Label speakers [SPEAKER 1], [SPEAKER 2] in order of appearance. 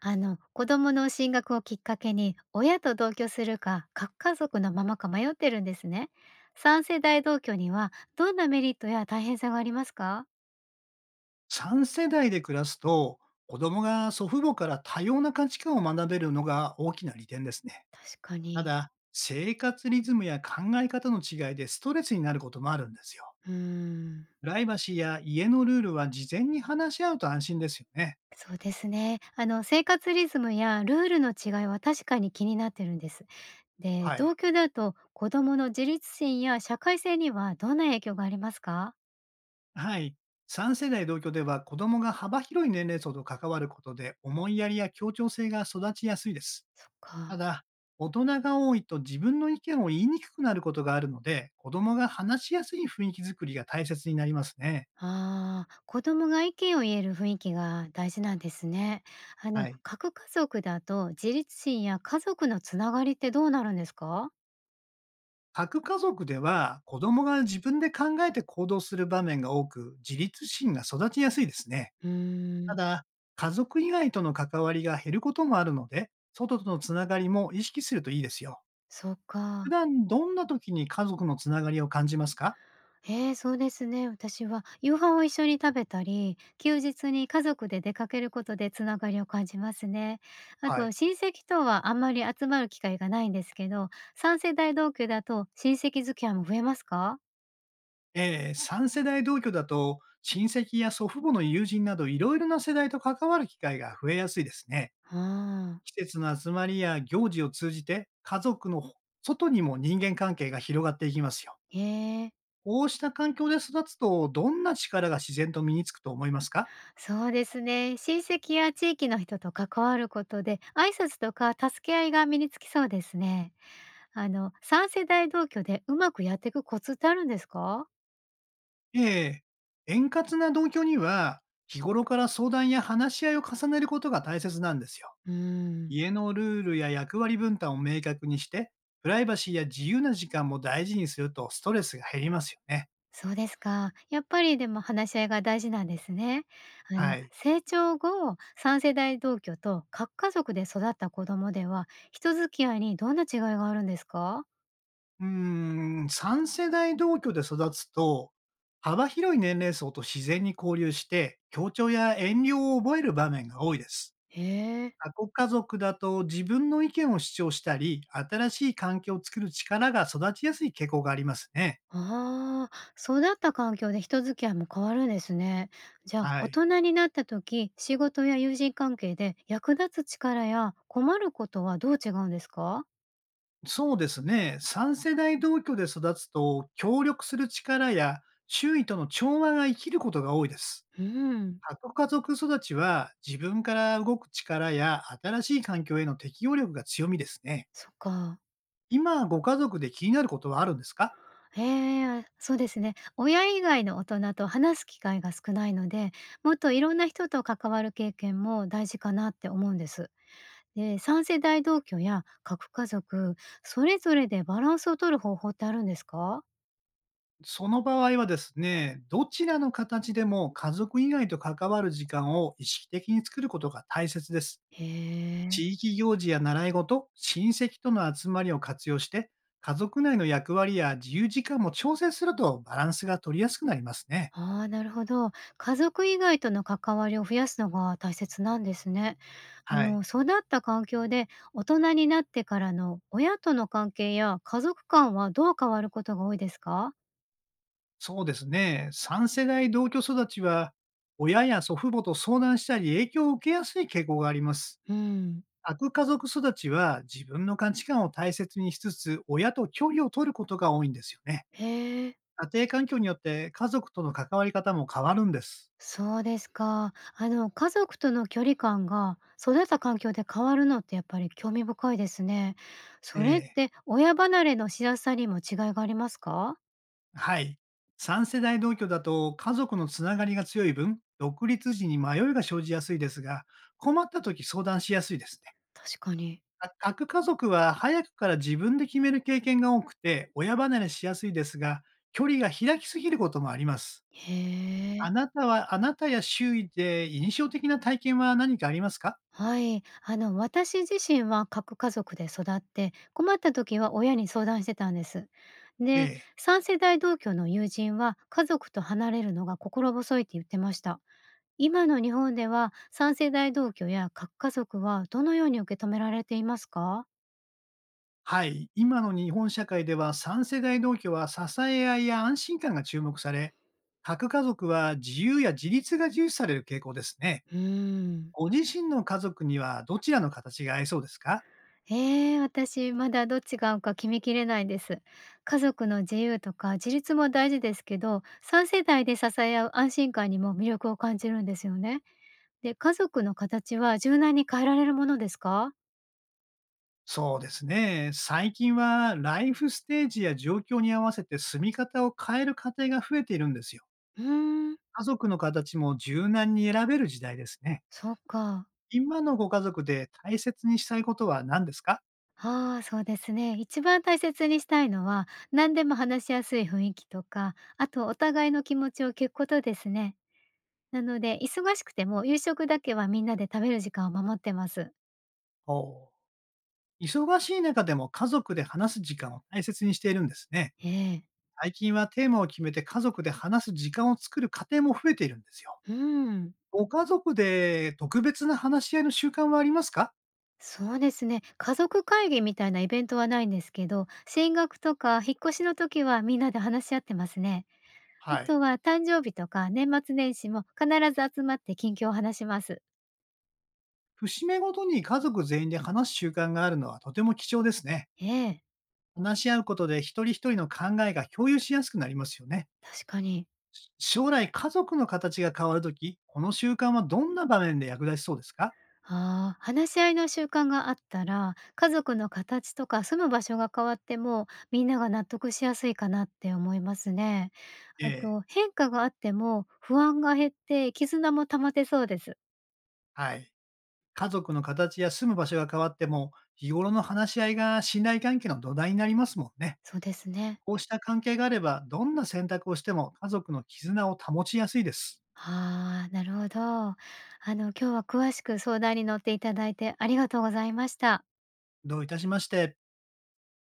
[SPEAKER 1] 子供の進学をきっかけに、親と同居するか、核家族のままか迷ってるんですね。三世代同居には、どんなメリットや大変さがありますか？
[SPEAKER 2] 3世代で暮らすと、子供が祖父母から多様な価値観を学べるのが大きな利点ですね。
[SPEAKER 1] 確か
[SPEAKER 2] た
[SPEAKER 1] に。
[SPEAKER 2] だ、生活リズムや考え方の違いでストレスになることもあるんですよ。
[SPEAKER 1] うーん。
[SPEAKER 2] プライバシーや家のルールは事前に話し合うと安心ですよね。
[SPEAKER 1] そうですね。生活リズムやルールの違いは確かに気になってるんです。で、
[SPEAKER 2] は
[SPEAKER 1] 同
[SPEAKER 2] い。
[SPEAKER 1] 居だと、子供の自立心や社会性にはどんな影響がありますか？
[SPEAKER 2] はい。3世代同居では子供が幅広い年齢層と関わることで思いやりや協調性が育ちやすいです。
[SPEAKER 1] そっ
[SPEAKER 2] た
[SPEAKER 1] か。
[SPEAKER 2] だ、大人が多いと自分の意見を言いにくくなることがあるので、子供が話しやすい雰囲気作りが大切になりますね。
[SPEAKER 1] ああ、子供が意見を言える雰囲気が大事なんですね。
[SPEAKER 2] はい。
[SPEAKER 1] 核家族だと自立心や家族のつながりってどうなるんですか？
[SPEAKER 2] 核家族では、子供が自分で考えて行動する場面が多く、自立心が育ちやすいですね。
[SPEAKER 1] うー
[SPEAKER 2] た
[SPEAKER 1] ん、
[SPEAKER 2] だ、家族以外との関わりが減ることもあるので、外とのつながりも意識するといいですよ。
[SPEAKER 1] そっ
[SPEAKER 2] 普
[SPEAKER 1] か。
[SPEAKER 2] 段どんな時に家族のつながりを感じますか？
[SPEAKER 1] そうですね。私は夕飯を一緒に食べたり、休日に家族で出かけることでつながりを感じますね。あ
[SPEAKER 2] はい。
[SPEAKER 1] と、親戚とはあんまり集まる機会がないんですけど、三世代同居だと親戚付き合いも増えますか？
[SPEAKER 2] ええ、3世代同居だと、親戚や祖父母の友人など、いろいろな世代と関わる機会が増えやすいですね。
[SPEAKER 1] ああー、
[SPEAKER 2] 季節の集まりや行事を通じて、家族の外にも人間関係が広がっていきますよ。
[SPEAKER 1] へえ。
[SPEAKER 2] こうした環境で育つと、どんな力が自然と身につくと思いますか？
[SPEAKER 1] そうですね。親戚や地域の人と関わることで、挨拶とか助け合いが身につきそうですね。三世代同居でうまくやっていくコツってあるんですか？
[SPEAKER 2] ええ、円滑な同居には、日頃から相談や話し合いを重ねることが大切なんですよ。
[SPEAKER 1] うーん。
[SPEAKER 2] 家のルールや役割分担を明確にして、プライバシーや自由な時間も大事にするとストレスが減りますよね。
[SPEAKER 1] そうですか。やっぱりでも話し合いが大事なんですね。
[SPEAKER 2] はい。
[SPEAKER 1] 成長後、三世代同居と各家族で育った子供では、人付き合いにどんな違いがあるんですか？
[SPEAKER 2] うーん、3世代同居で育つと、幅広い年齢層と自然に交流して、協調や遠慮を覚える場面が多いです。
[SPEAKER 1] へえ。
[SPEAKER 2] 過去家族だと自分の意見を主張したり、新しい環境を作る力が育ちやすい傾向がありますね。
[SPEAKER 1] ああ、育った環境で人付き合いも変わるんですね。じゃあ、
[SPEAKER 2] は
[SPEAKER 1] 大
[SPEAKER 2] い。
[SPEAKER 1] 人になった時、仕事や友人関係で役立つ力や困ることはどう違うんですか？
[SPEAKER 2] そうですね。3世代同居で育つと、協力する力や周囲との調和が生きることが多いです。
[SPEAKER 1] うん、
[SPEAKER 2] 核家族育ちは自分から動く力や新しい環境への適応力が強みですね。
[SPEAKER 1] そっか。
[SPEAKER 2] 今、ご家族で気になることはあるんですか？
[SPEAKER 1] ええ、そうですね。親以外の大人と話す機会が少ないので、もっといろんな人と関わる経験も大事かなって思うんです。で、三世代同居や核家族、それぞれでバランスを取る方法ってあるんですか？
[SPEAKER 2] その場合はですね、どちらの形でも家族以外と関わる時間を意識的に作ることが大切です。
[SPEAKER 1] へえ。
[SPEAKER 2] 地域行事や習い事、親戚との集まりを活用して、家族内の役割や自由時間も調整するとバランスが取りやすくなりますね。
[SPEAKER 1] ああ、なるほど。家族以外との関わりを増やすのが大切なんですね。
[SPEAKER 2] はい。
[SPEAKER 1] 育った環境で大人になってからの親との関係や家族間はどう変わることが多いですか？
[SPEAKER 2] そうですね。三世代同居育ちは、親や祖父母と相談したり影響を受けやすい傾向があります。
[SPEAKER 1] うん、
[SPEAKER 2] 悪家族育ちは自分の価値観を大切にしつつ、親と距離を取ることが多いんですよね。
[SPEAKER 1] へえ、
[SPEAKER 2] 家庭環境によって家族との関わり方も変わるんです。
[SPEAKER 1] そうですか。家族との距離感が育った環境で変わるのってやっぱり興味深いですね。それっ
[SPEAKER 2] ええ、
[SPEAKER 1] て親離れのしやすさにも違いがありますか？
[SPEAKER 2] はい。3世代同居だと家族のつながりが強い分、独立時に迷いが生じやすいですが、困った時相談しやすいですね。
[SPEAKER 1] 確かに。
[SPEAKER 2] あ、各家族は早くから自分で決める経験が多くて、親離れしやすいですが、距離が開きすぎることもあります。
[SPEAKER 1] へえ。
[SPEAKER 2] あなたは、あなたや周囲で印象的な体験は何かありますか？
[SPEAKER 1] はい、私自身は核家族で育って困った時は親に相談してたんです。で、
[SPEAKER 2] ええ、
[SPEAKER 1] 3世代同居の友人は家族と離れるのが心細いって言ってました。今の日本では3世代同居や核家族はどのように受け止められていますか？
[SPEAKER 2] はい。今の日本社会では三世代同居は支え合いや安心感が注目され、核家族は自由や自立が重視される傾向ですね。
[SPEAKER 1] うーん。
[SPEAKER 2] ご自身の家族にはどちらの形が合いそうですか？
[SPEAKER 1] ええ、私まだどっちが合うか決めきれないです。家族の自由とか自立も大事ですけど、3世代で支え合う安心感にも魅力を感じるんですよね。で、家族の形は柔軟に変えられるものですか？
[SPEAKER 2] そうですね。最近はライフステージや状況に合わせて住み方を変える家庭が増えているんですよ。
[SPEAKER 1] うーん、
[SPEAKER 2] 家族の形も柔軟に選べる時代ですね。
[SPEAKER 1] そっか。
[SPEAKER 2] 今のご家族で大切にしたいことは何ですか？
[SPEAKER 1] ああ、そうですね。一番大切にしたいのは、何でも話しやすい雰囲気とか、あとお互いの気持ちを聞くことですね。なので、忙しくても夕食だけはみんなで食べる時間を守ってます。
[SPEAKER 2] お忙しい中でも家族で話す時間を大切にしているんですね。
[SPEAKER 1] ええ。
[SPEAKER 2] 最近はテーマを決めて家族で話す時間を作る家庭も増えているんですよ。
[SPEAKER 1] うん。
[SPEAKER 2] ご家族で特別な話し合いの習慣はありますか？
[SPEAKER 1] そうですね。家族会議みたいなイベントはないんですけど、進学とか引っ越しの時はみんなで話し合ってますね。あ
[SPEAKER 2] はい。
[SPEAKER 1] とは誕生日とか年末年始も必ず集まって近況を話します。
[SPEAKER 2] 節目ごとに家族全員で話す習慣があるのはとても貴重ですね。
[SPEAKER 1] ええ、
[SPEAKER 2] 話し合うことで一人一人の考えが共有しやすくなりますよね。
[SPEAKER 1] 確かに。
[SPEAKER 2] 将来家族の形が変わるとき、この習慣はどんな場面で役立ちそうですか？
[SPEAKER 1] ああ、話し合いの習慣があったら、家族の形とか住む場所が変わっても、みんなが納得しやすいかなって思いますね。あ
[SPEAKER 2] ええ、
[SPEAKER 1] と、変化があっても不安が減って絆も保てそうです。
[SPEAKER 2] はい。家族の形や住む場所が変わっても、日頃の話し合いが信頼関係の土台になりますもんね。
[SPEAKER 1] そうですね。
[SPEAKER 2] こうした関係があれば、どんな選択をしても家族の絆を保ちやすいです。
[SPEAKER 1] ああ、なるほど。今日は詳しく相談に乗っていただいてありがとうございました。
[SPEAKER 2] どういたしまして。